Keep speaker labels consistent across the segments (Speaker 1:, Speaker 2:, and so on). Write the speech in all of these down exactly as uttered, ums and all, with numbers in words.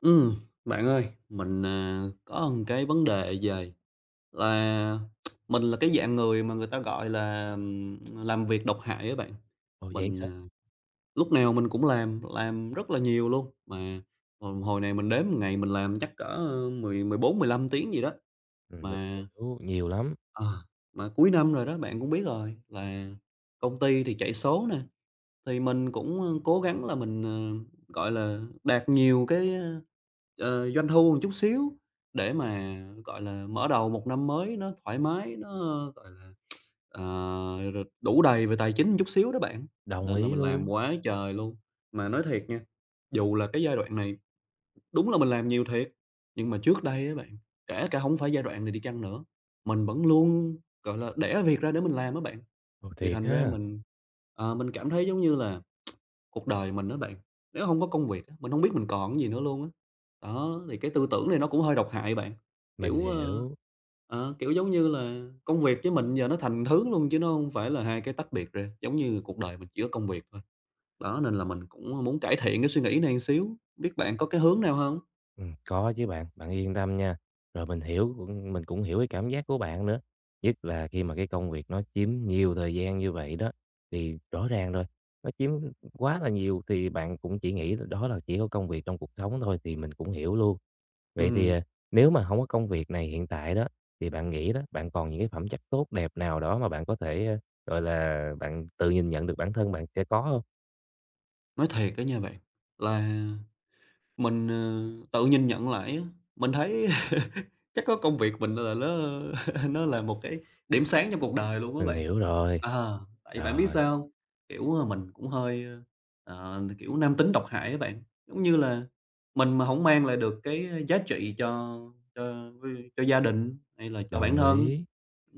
Speaker 1: Ừm, bạn ơi, mình, à, có một cái vấn đề về là mình là cái dạng người mà người ta gọi là, ừm, làm việc độc hại á bạn.
Speaker 2: Ồ, vậy
Speaker 1: Mình,
Speaker 2: hả?
Speaker 1: à, lúc nào mình cũng làm, làm rất là nhiều luôn, mà hồi hồi này mình đếm một ngày mình làm chắc cỡ, mười mười bốn mười lăm tiếng gì đó.
Speaker 2: Ừm, mình
Speaker 1: Mà
Speaker 2: hiểu, nhiều lắm,
Speaker 1: ờ, mà cuối năm rồi đó, bạn cũng biết rồi, là công ty thì chạy số nè, thì mình cũng cố gắng là mình, ờ, gọi là, đạt nhiều cái, ờ, doanh thu một chút xíu để mà, gọi là, mở đầu một năm mới nó thoải mái, nó, gọi là, ờ, r đủ đầy về tài chính một chút xíu đó bạn.
Speaker 2: đồng
Speaker 1: Nên là
Speaker 2: ý
Speaker 1: mình làm
Speaker 2: luôn.
Speaker 1: quá trời luôn. Mà nói thiệt nha, dù là cái giai đoạn này đúng là mình làm nhiều thiệt, nhưng mà trước đây á bạn, kể cả không phải giai đoạn này đi chăng nữa, mình vẫn luôn, gọi là, đẻ việc ra để mình làm á bạn.
Speaker 2: Ồ,
Speaker 1: Thì
Speaker 2: thiệt
Speaker 1: thành ra
Speaker 2: ha,
Speaker 1: mình, ờ, mình cảm thấy giống như là cuộc đời mình đó bạn. Nếu không có công việc á, mình không biết mình còn cái gì nữa luôn á. Đó, thì cái tư tưởng này nó cũng hơi độc hại bạn,
Speaker 2: mình
Speaker 1: kiểu, ơ,
Speaker 2: hiểu,
Speaker 1: ờ, kiểu, giống như là công việc với mình giờ nó thành thứ luôn chứ nó không phải là hai cái tách biệt ra, giống như cuộc đời mình chỉ có công việc thôi. Đó, nên là mình cũng muốn cải thiện cái suy nghĩ này một xíu, biết bạn có cái hướng nào không?
Speaker 2: ừm, có chứ bạn, bạn yên tâm nha. Rồi mình hiểu cũng mình cũng hiểu cái cảm giác của bạn nữa, nhất là khi mà cái công việc nó chiếm nhiều thời gian như vậy đó, thì rõ ràng rồi, nó chiếm quá là nhiều thì bạn cũng chỉ nghĩ đó là chỉ có công việc trong cuộc sống thôi thì mình cũng hiểu luôn. Vậy thì,
Speaker 1: Ừm,
Speaker 2: à, nếu mà không có công việc này hiện tại đó, thì bạn nghĩ đó, bạn còn những cái phẩm chất tốt đẹp nào đó mà bạn có thể, ơ, gọi là, bạn tự nhìn nhận được bản thân bạn sẽ có không?
Speaker 1: nói thiệt á nha bạn, là mình, ờ, tự nhìn nhận lại á, mình thấy chắc có công việc mình là nó nó là một cái điểm sáng trong cuộc đời luôn á
Speaker 2: Mình
Speaker 1: bạn.
Speaker 2: hiểu rồi,
Speaker 1: Ờ, tại bạn biết
Speaker 2: rồi,
Speaker 1: sao hông? Kiểu, ờ, mình cũng hơi, ờ, ờ, kiểu, nam tính độc hại á bạn. Giống như là mình mà hổng mang lại được cái giá trị cho cho với cho gia đình hay là cho bản
Speaker 2: đồng
Speaker 1: thân
Speaker 2: ý,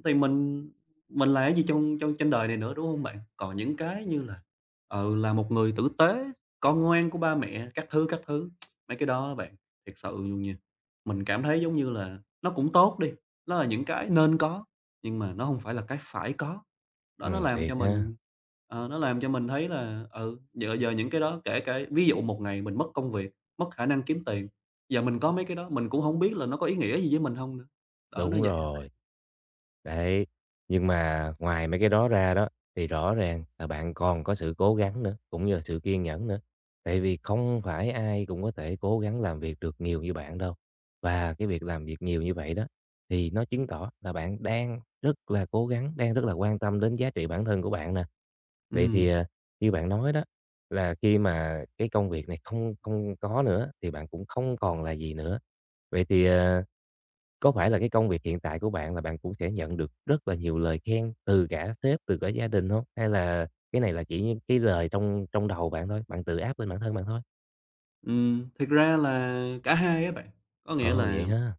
Speaker 1: thì mình mình là cái gì trong trong trên đời này nữa, đúng hông bạn? Còn những cái như là, ừ, là một người tử tế, con ngoan của ba mẹ các thứ, các thứ, mấy cái đó á bạn, thiệt sự luôn nha, mình cảm thấy giống như là nó cũng tốt đi, nó là những cái nên có, nhưng mà nó hông phải là cái phải có. Đó, nó
Speaker 2: ừm,
Speaker 1: làm
Speaker 2: thiệt
Speaker 1: cho
Speaker 2: ha,
Speaker 1: mình ờ, nó làm cho mình thấy là, ừ, giờ giờ những cái đó kể cả ví dụ một ngày mình mất công việc, mất khả năng kiếm tiền, giờ mình có mấy cái đó mình cũng không biết là nó có ý nghĩa gì với mình không nữa. Đó, nó
Speaker 2: đúng
Speaker 1: vậy đó bạn.
Speaker 2: rồi. Đấy, nhưng mà ngoài mấy cái đó ra đó, thì rõ ràng là bạn còn có sự cố gắng nữa, cũng như là sự kiên nhẫn nữa. Tại vì không phải ai cũng có thể cố gắng làm việc được nhiều như bạn đâu. Và cái việc làm việc nhiều như vậy đó, thì nó chứng tỏ là bạn đang rất là cố gắng, đang rất là quan tâm đến giá trị bản thân của bạn nè. Vậy thì,
Speaker 1: Ừm,
Speaker 2: à, như bạn nói đó, là khi mà cái công việc này không không có nữa thì bạn cũng không còn là gì nữa. Vậy thì, à, có phải là cái công việc hiện tại của bạn là bạn cũng sẽ nhận được rất là nhiều lời khen từ cả sếp, từ cả gia đình không? Hay là cái này là chỉ những cái lời trong trong đầu bạn thôi, bạn tự áp lên bản thân bạn thôi?
Speaker 1: ừm, thiệt ra là cả hai á bạn, có nghĩa
Speaker 2: Ồ,
Speaker 1: là
Speaker 2: vậy ha?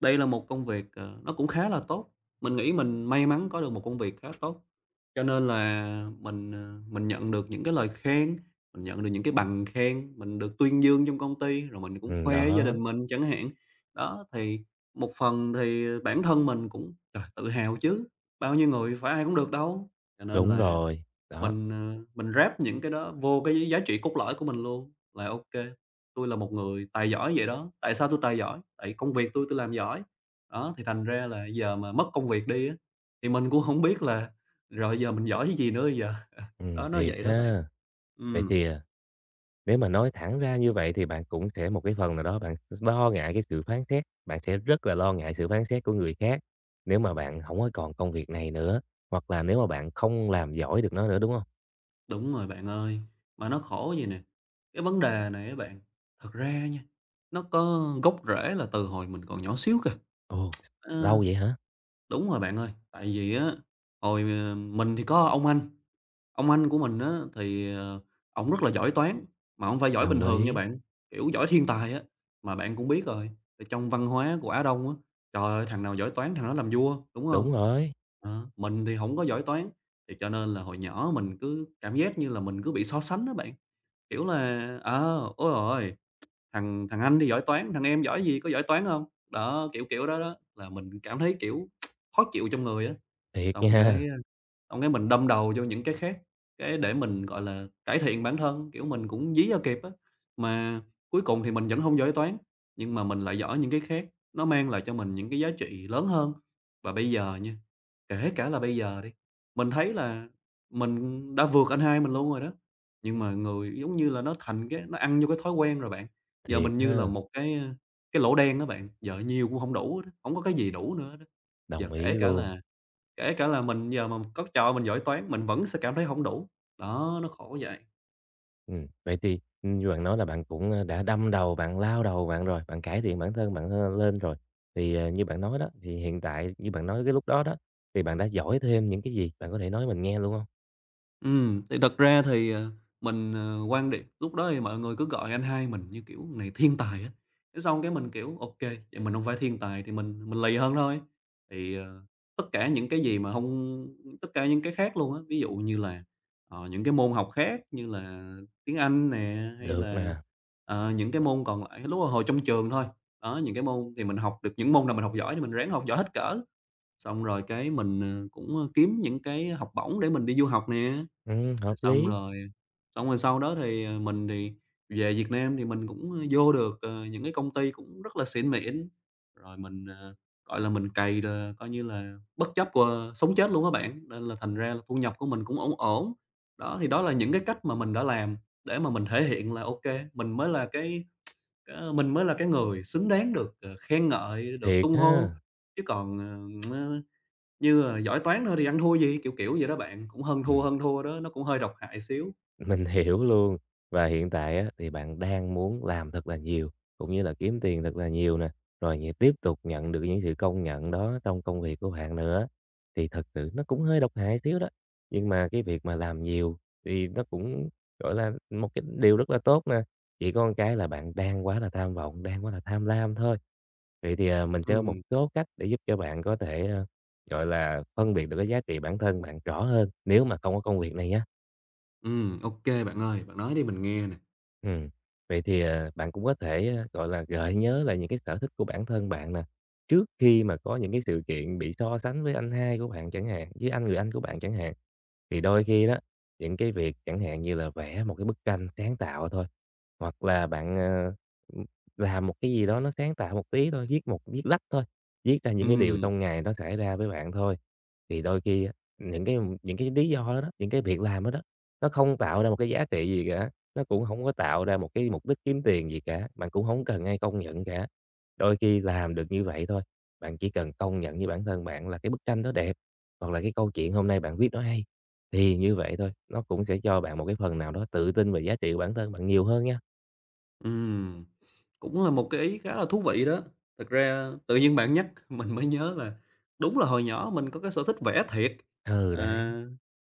Speaker 1: đây là một công việc, ờ, nó cũng khá là tốt, mình nghĩ mình may mắn có được một công việc khá tốt, cho nên là mình, ờ, mình nhận được những cái lời khen, mình nhận được những cái bằng khen, mình được tuyên dương trong công ty, rồi mình cũng
Speaker 2: Ừm,
Speaker 1: khoe với gia
Speaker 2: đó,
Speaker 1: đình mình chẳng hạn. Đó, thì một phần thì bản thân mình cũng, trời, tự hào chứ, bao nhiêu người phải ai cũng được đâu, cho nên
Speaker 2: đúng
Speaker 1: là
Speaker 2: rồi, đó,
Speaker 1: mình, ờ, mình ráp những cái đó vô cái giá trị cốt lõi của mình luôn, là ô kê, tui là một người tài giỏi vậy đó, tại sao tui tài giỏi? Tại công việc tui tui làm giỏi. Đó, thì thành ra là giờ mà mất công việc đi á, thì mình cũng hổng biết là rồi giờ mình giỏi cái gì nữa bây giờ. Đó,
Speaker 2: ừm,
Speaker 1: nó
Speaker 2: thiệt
Speaker 1: vậy đó bạn.
Speaker 2: ha. Vậy
Speaker 1: Ừm,
Speaker 2: thì, à nếu mà nói thẳng ra như vậy thì bạn cũng sẽ một cái phần nào đó bạn lo ngại cái sự phán xét, bạn sẽ rất là lo ngại sự phán xét của người khác nếu mà bạn không có còn công việc này nữa, hoặc là nếu mà bạn không làm giỏi được nó nữa, đúng không?
Speaker 1: đúng rồi bạn ơi, mà nó khổ vậy nè, cái vấn đề này á bạn, thật ra nha, nó có gốc rễ là từ hồi mình còn nhỏ xíu kìa.
Speaker 2: Ồ, lâu
Speaker 1: Ờ,
Speaker 2: vậy hả?
Speaker 1: đúng rồi bạn ơi, tại vì á, hồi, ờ, mình thì có ông anh. Ông anh của mình á thì, ờ, ổng rất là giỏi toán, mà hổng phải giỏi bình
Speaker 2: Đồng
Speaker 1: thường nha
Speaker 2: ý,
Speaker 1: bạn, kiểu, giỏi thiên tài á. Mà bạn cũng biết rồi, thì trong văn hóa của Á Đông á, trời ơi, thằng nào giỏi toán thằng đó làm vua, đúng không?
Speaker 2: đúng rồi,
Speaker 1: Đó, mình thì không có giỏi toán, thì cho nên là hồi nhỏ mình cứ cảm giác như là mình cứ bị so sánh đó bạn, kiểu là, ờ, "Ôi trời, thằng thằng anh thì giỏi toán, thằng em giỏi gì, có giỏi toán không?" Đó, kiểu, kiểu đó đó, là mình cảm thấy, kiểu, khó chịu trong người á.
Speaker 2: thiệt
Speaker 1: Xong
Speaker 2: nha,
Speaker 1: cái Xong cái mình đâm đầu vô những cái khác, cái để mình, gọi là, cải thiện bản thân, kiểu, mình cũng dí cho kịp á. Mà cuối cùng thì mình vẫn hông giỏi toán, nhưng mà mình lại giỏi những cái khác, nó mang lại cho mình những cái giá trị lớn hơn. Và bây giờ nha, kể cả là bây giờ đi, mình thấy là mình đã vượt anh hai mình luôn rồi đó, nhưng mà người giống như là nó thành cái nó ăn vô cái thói quen rồi bạn. Giờ
Speaker 2: thiệt
Speaker 1: mình như là
Speaker 2: ha,
Speaker 1: một cái, ơ, cái lỗ đen á bạn, giờ nhiều cũng hổng đủ hết á, hổng có cái gì đủ nữa hết á. Giờ
Speaker 2: đồng
Speaker 1: kể
Speaker 2: ý
Speaker 1: cả
Speaker 2: luôn.
Speaker 1: là Kể cả là mình giờ mà có trời ơi, mình giỏi toán mình vẫn sẽ cảm thấy hổng đủ, đó, nó khổ vậy.
Speaker 2: Ừm, vậy thì, như bạn nói là bạn cũng, ơ, đã đâm đầu, bạn lao đầu bạn rồi, bạn cải thiện bản thân bạn, ơ, lên rồi. Thì, ờ, như bạn nói đó, thì hiện tại như bạn nói cái lúc đó đó, thì bạn đã giỏi thêm những cái gì? Bạn có thể nói mình nghe luôn không?
Speaker 1: Ừm, thì thật ra thì, ờ, mình, ờ, quan điểm lúc đó thì mọi người cứ gọi anh hai mình như kiểu này thiên tài á, thế xong cái mình kiểu ô kê, vậy mình hông phải thiên tài thì mình mình lì hơn thôi. Thì, ờ, tất cả những cái gì mà hông tất cả những cái khác luôn á, ví dụ như là, ờ, những cái môn học khác như là tiếng Anh nè, hay
Speaker 2: Được
Speaker 1: là,
Speaker 2: nè,
Speaker 1: ờ, những cái môn còn lại lúc hồi trong trường thôi. Đó, những cái môn thì mình học được những môn nào mình học giỏi thì mình ráng học giỏi hết cỡ, xong rồi cái mình, ờ, cũng, ơ, kiếm những cái học bổng để mình đi du học nè.
Speaker 2: ừm,
Speaker 1: Rồi
Speaker 2: hợp
Speaker 1: xong
Speaker 2: lý,
Speaker 1: rồi xong rồi sau đó thì, ờ, mình thì về Việt Nam thì mình cũng, ơ, vô được, ờ, những cái công ty cũng rất là xịn mịn, rồi mình, ờ, gọi là, mình cày là coi như là bất chấp của sống chết luôn các bạn, nên là thành ra là thu nhập của mình cũng ổn ổn. Đó, thì đó là những cái cách mà mình đã làm để mà mình thể hiện là ok, mình mới là cái cái mình mới là cái người xứng đáng được, ờ, khen ngợi, được
Speaker 2: thiệt
Speaker 1: tung hô,
Speaker 2: ha!
Speaker 1: chứ còn, ờ như là giỏi toán thôi thì ăn thua gì, kiểu, kiểu vậy đó bạn, cũng hơn thua,
Speaker 2: Ừm.
Speaker 1: hơn thua đó, nó cũng hơi độc hại xíu.
Speaker 2: Mình hiểu luôn. Và hiện tại á, thì bạn đang muốn làm thật là nhiều, cũng như là kiếm tiền thật là nhiều nè, rồi nh tiếp tục nhận được những sự công nhận đó trong công việc của bạn nữa, thì thật sự nó cũng hơi độc hại xíu đó. Nhưng mà cái việc mà làm nhiều thì nó cũng, gọi là, một cái điều rất là tốt nè, chỉ có một cái là bạn đang quá là tham vọng, đang quá là tham lam thôi. Vậy thì, à, mình sẽ có một
Speaker 1: Ừm,
Speaker 2: số cách để giúp cho bạn có thể, ơ, gọi là, phân biệt được cái giá trị bản thân bạn rõ hơn nếu mà không có công việc này nhé.
Speaker 1: ừm, ok bạn ơi, bạn nói đi mình nghe nè.
Speaker 2: Ừm, vậy thì, à, bạn cũng có thể, a, gọi là, gợi nhớ lại những cái sở thích của bản thân bạn nè, trước khi mà có những cái sự kiện bị so sánh với anh hai của bạn chẳng hạn, với anh người anh của bạn chẳng hạn. Thì đôi khi đó, những cái việc chẳng hạn như là vẽ một cái bức tranh sáng tạo thôi, hoặc là bạn, ờ, ừm, làm một cái gì đó nó sáng tạo một tí thôi, viết một viết lách thôi, viết ra những cái điều
Speaker 1: Ừm.
Speaker 2: trong ngày nó xảy ra với bạn thôi. Thì đôi khi á, những cái những cái lý do đó đó, những cái việc làm đó đó, nó không tạo ra một cái giá trị gì cả, nó cũng không có tạo ra một cái mục đích kiếm tiền gì cả, bạn cũng không cần ai công nhận cả. Đôi khi làm được như vậy thôi, bạn chỉ cần công nhận với bản thân bạn là cái bức tranh đó đẹp, hoặc là cái câu chuyện hôm nay bạn viết nó hay. Thì như vậy thôi, nó cũng sẽ cho bạn một cái phần nào đó tự tin về giá trị của bản thân bạn nhiều hơn nha.
Speaker 1: Ừm, cũng là một cái ý khá là thú vị đó. Thật ra tự nhiên bạn nhắc mình mới nhớ là đúng là hồi nhỏ mình có cái sở thích vẽ thiệt,
Speaker 2: Ừ,
Speaker 1: à,
Speaker 2: đấy,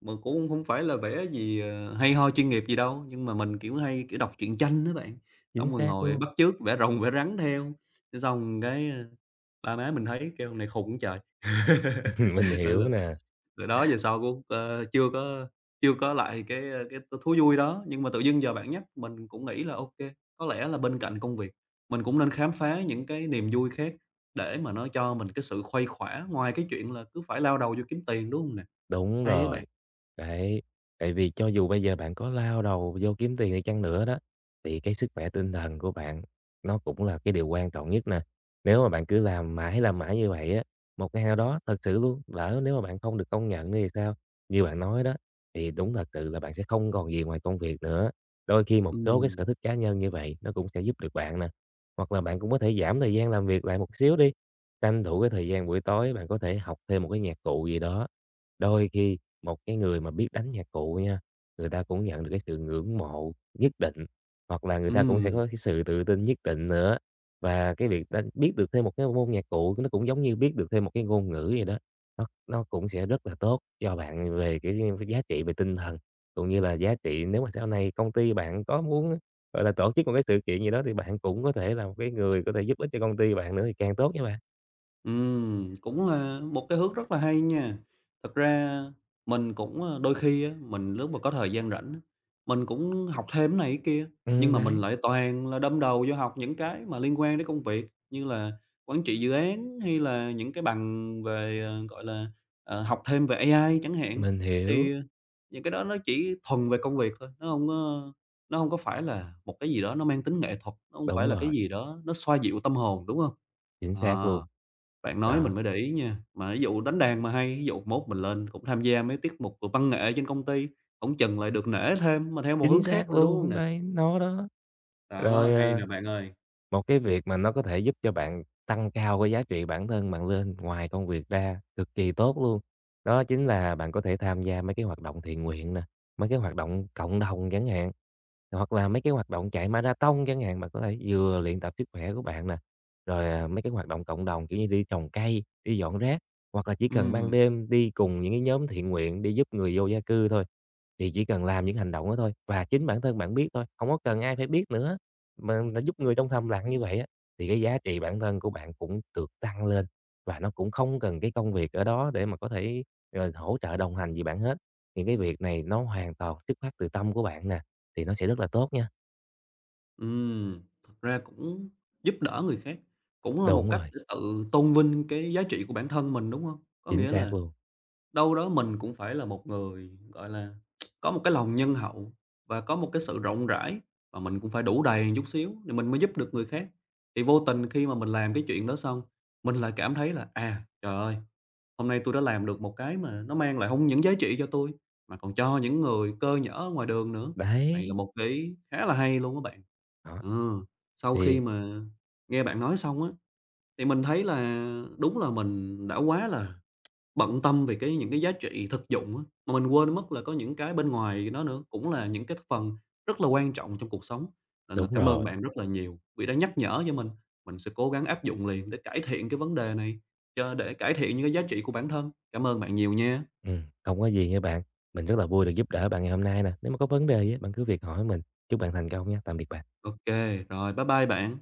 Speaker 1: mà cũng không phải là vẽ gì, ờ, hay ho chuyên nghiệp gì đâu, nhưng mà mình, kiểu, hay, kiểu, đọc truyện tranh đó bạn,
Speaker 2: chính
Speaker 1: xong rồi
Speaker 2: xác
Speaker 1: ngồi bắt
Speaker 2: luôn.
Speaker 1: chước vẽ rồng vẽ rắn theo, cái xong cái, ơ, ba má mình thấy kêu "Này khùng quá trời!"
Speaker 2: Mình
Speaker 1: Nên là
Speaker 2: hiểu nè.
Speaker 1: từ đó về sau cũng, ơ, chưa có chưa có lại cái, ờ, cái thú vui đó, nhưng mà tự dưng giờ bạn nhắc mình cũng nghĩ là OK. Có lẽ là bên cạnh công việc, mình cũng nên khám phá những cái niềm vui khác để mà nó cho mình cái sự khuây khỏa ngoài cái chuyện là cứ phải lao đầu vô kiếm tiền, đúng hông nè?
Speaker 2: Đúng
Speaker 1: Hay á bạn.
Speaker 2: rồi. Đấy, tại vì cho dù bây giờ bạn có lao đầu vô kiếm tiền đi chăng nữa đó, thì cái sức khỏe tinh thần của bạn nó cũng là cái điều quan trọng nhất nè. Nếu mà bạn cứ làm mãi, làm mãi như vậy á, một ngày nào đó thật sự luôn, lỡ nếu mà bạn không được công nhận thì sao? Như bạn nói đó, thì đúng thật sự là bạn sẽ không còn gì ngoài công việc nữa. Đôi khi một số cái sở
Speaker 1: Ừm,
Speaker 2: thích cá nhân như vậy nó cũng sẽ giúp được bạn nè. Hoặc là bạn cũng có thể giảm thời gian làm việc lại một xíu đi. Tranh thủ cái thời gian buổi tối bạn có thể học thêm một cái nhạc cụ gì đó. Đôi khi một cái người mà biết đánh nhạc cụ nha, người ta cũng nhận được cái sự ngưỡng mộ nhất định, hoặc là người ta cũng sẽ
Speaker 1: ừm.
Speaker 2: có cái sự tự tin nhất định nữa. Và cái việc đánh biết được thêm một cái môn nhạc cụ nó cũng giống như biết được thêm một cái ngôn ngữ vậy đó. Nó nó cũng sẽ rất là tốt cho bạn về cái cái giá trị về tinh thần, cũng như là giá trị nếu mà sau này công ty bạn có muốn, gọi là, tổ chức một cái sự kiện gì đó thì bạn cũng có thể là một cái người có thể giúp ích cho công ty bạn nữa thì càng tốt nha bạn.
Speaker 1: Ừm, cũng là một cái hướng rất là hay nha. Thật ra mình cũng, ơ, đôi khi á, mình lúc mà có thời gian rảnh á, mình cũng học thêm cái này cái kia, nhưng
Speaker 2: Ừ
Speaker 1: mà mình
Speaker 2: đấy,
Speaker 1: lại toàn là đâm đầu vô học những cái mà liên quan đến công việc, như là quản trị dự án hay là những cái bằng về, ờ, gọi là, ờ, học thêm về a i chẳng hạn.
Speaker 2: mình hiểu,
Speaker 1: Thì ờ, những cái đó nó chỉ thuần về công việc thôi, nó không có nó không có phải là một cái gì đó nó mang tính nghệ thuật, nó không phải
Speaker 2: đúng
Speaker 1: là cái
Speaker 2: rồi.
Speaker 1: gì đó nó xoa dịu tâm hồn, đúng không?
Speaker 2: Chính xác luôn.
Speaker 1: Ờ. Bạn nói mình
Speaker 2: Đó,
Speaker 1: mới để ý nha, mà ví dụ đánh đàn mà hay, ví dụ mốt mình lên cũng tham gia mấy tiết mục, ờ, văn nghệ trên công ty, cũng chừng lại được nể thêm mà theo một
Speaker 2: chính
Speaker 1: hướng khác
Speaker 2: xác
Speaker 1: nữa, đúng không
Speaker 2: luôn,
Speaker 1: nè?
Speaker 2: đấy, nó đó.
Speaker 1: Đó,
Speaker 2: Rồi,
Speaker 1: hay
Speaker 2: ờ,
Speaker 1: nè bạn ơi.
Speaker 2: một cái việc mà nó có thể giúp cho bạn tăng cao cái giá trị bản thân bạn lên ngoài công việc ra cực kỳ tốt luôn. Đó chính là bạn có thể tham gia mấy cái hoạt động thiện nguyện nè, mấy cái hoạt động cộng đồng chẳng hạn, hoặc là mấy cái hoạt động chạy marathon chẳng hạn, bạn có thể vừa luyện tập sức khỏe của bạn nè, rồi, à, mấy cái hoạt động cộng đồng, kiểu như, đi trồng cây, đi dọn rác, hoặc là chỉ cần ban
Speaker 1: Ừm,
Speaker 2: đêm đi cùng những cái nhóm thiện nguyện đi giúp người vô gia cư thôi. Thì chỉ cần làm những hành động đó thôi và chính bản thân bạn biết thôi, không có cần ai phải biết nữa mà đã giúp người trong thầm lặng như vậy á, thì cái giá trị bản thân của bạn cũng được tăng lên và nó cũng không cần cái công việc ở đó để mà có thể, ờ, hỗ trợ đồng hành gì bạn hết. Thì cái việc này nó hoàn toàn xuất phát từ tâm của bạn nè, thì nó sẽ rất là tốt nha.
Speaker 1: ừm, thực ra cũng giúp đỡ người khác cũng là một
Speaker 2: Đúng
Speaker 1: cách
Speaker 2: rồi,
Speaker 1: để tự tôn vinh cái giá trị của bản thân mình, đúng không? Có
Speaker 2: chính
Speaker 1: nghĩa
Speaker 2: xác
Speaker 1: là
Speaker 2: luôn.
Speaker 1: đâu đó mình cũng phải là một người, gọi là, có một cái lòng nhân hậu và có một cái sự rộng rãi, và mình cũng phải đủ đầy chút xíu thì mình mới giúp được người khác. Thì vô tình khi mà mình làm cái chuyện đó xong, mình lại cảm thấy là, à, trời ơi, hôm nay tôi đã làm được một cái mà nó mang lại không những giá trị cho tôi mà còn cho những người cơ nhỡ ở ngoài đường nữa. Này là
Speaker 2: Đấy,
Speaker 1: một cái ý khá là hay luôn các bạn.
Speaker 2: đó,
Speaker 1: Ừ, sau khi
Speaker 2: thì
Speaker 1: mà nghe bạn nói xong á, thì mình thấy là đúng là mình đã quá là bận tâm về cái những cái giá trị thực dụng á, mà mình quên mất là có những cái bên ngoài nó nữa cũng là những cái phần rất là quan trọng trong cuộc sống. Nên là
Speaker 2: đúng
Speaker 1: cảm ơn
Speaker 2: rồi,
Speaker 1: bạn rất là nhiều vì đã nhắc nhở cho mình, mình sẽ cố gắng áp dụng liền để cải thiện cái vấn đề này, cho để cải thiện những cái giá trị của bản thân. Cảm ơn bạn nhiều nha.
Speaker 2: ừm, không có gì nha bạn. Mình rất là vui được giúp đỡ bạn ngày hôm nay nè. Nếu mà có vấn đề á, bạn cứ việc hỏi mình. Chúc bạn thành công nha. Tạm biệt bạn.
Speaker 1: Ok rồi bye bye bạn.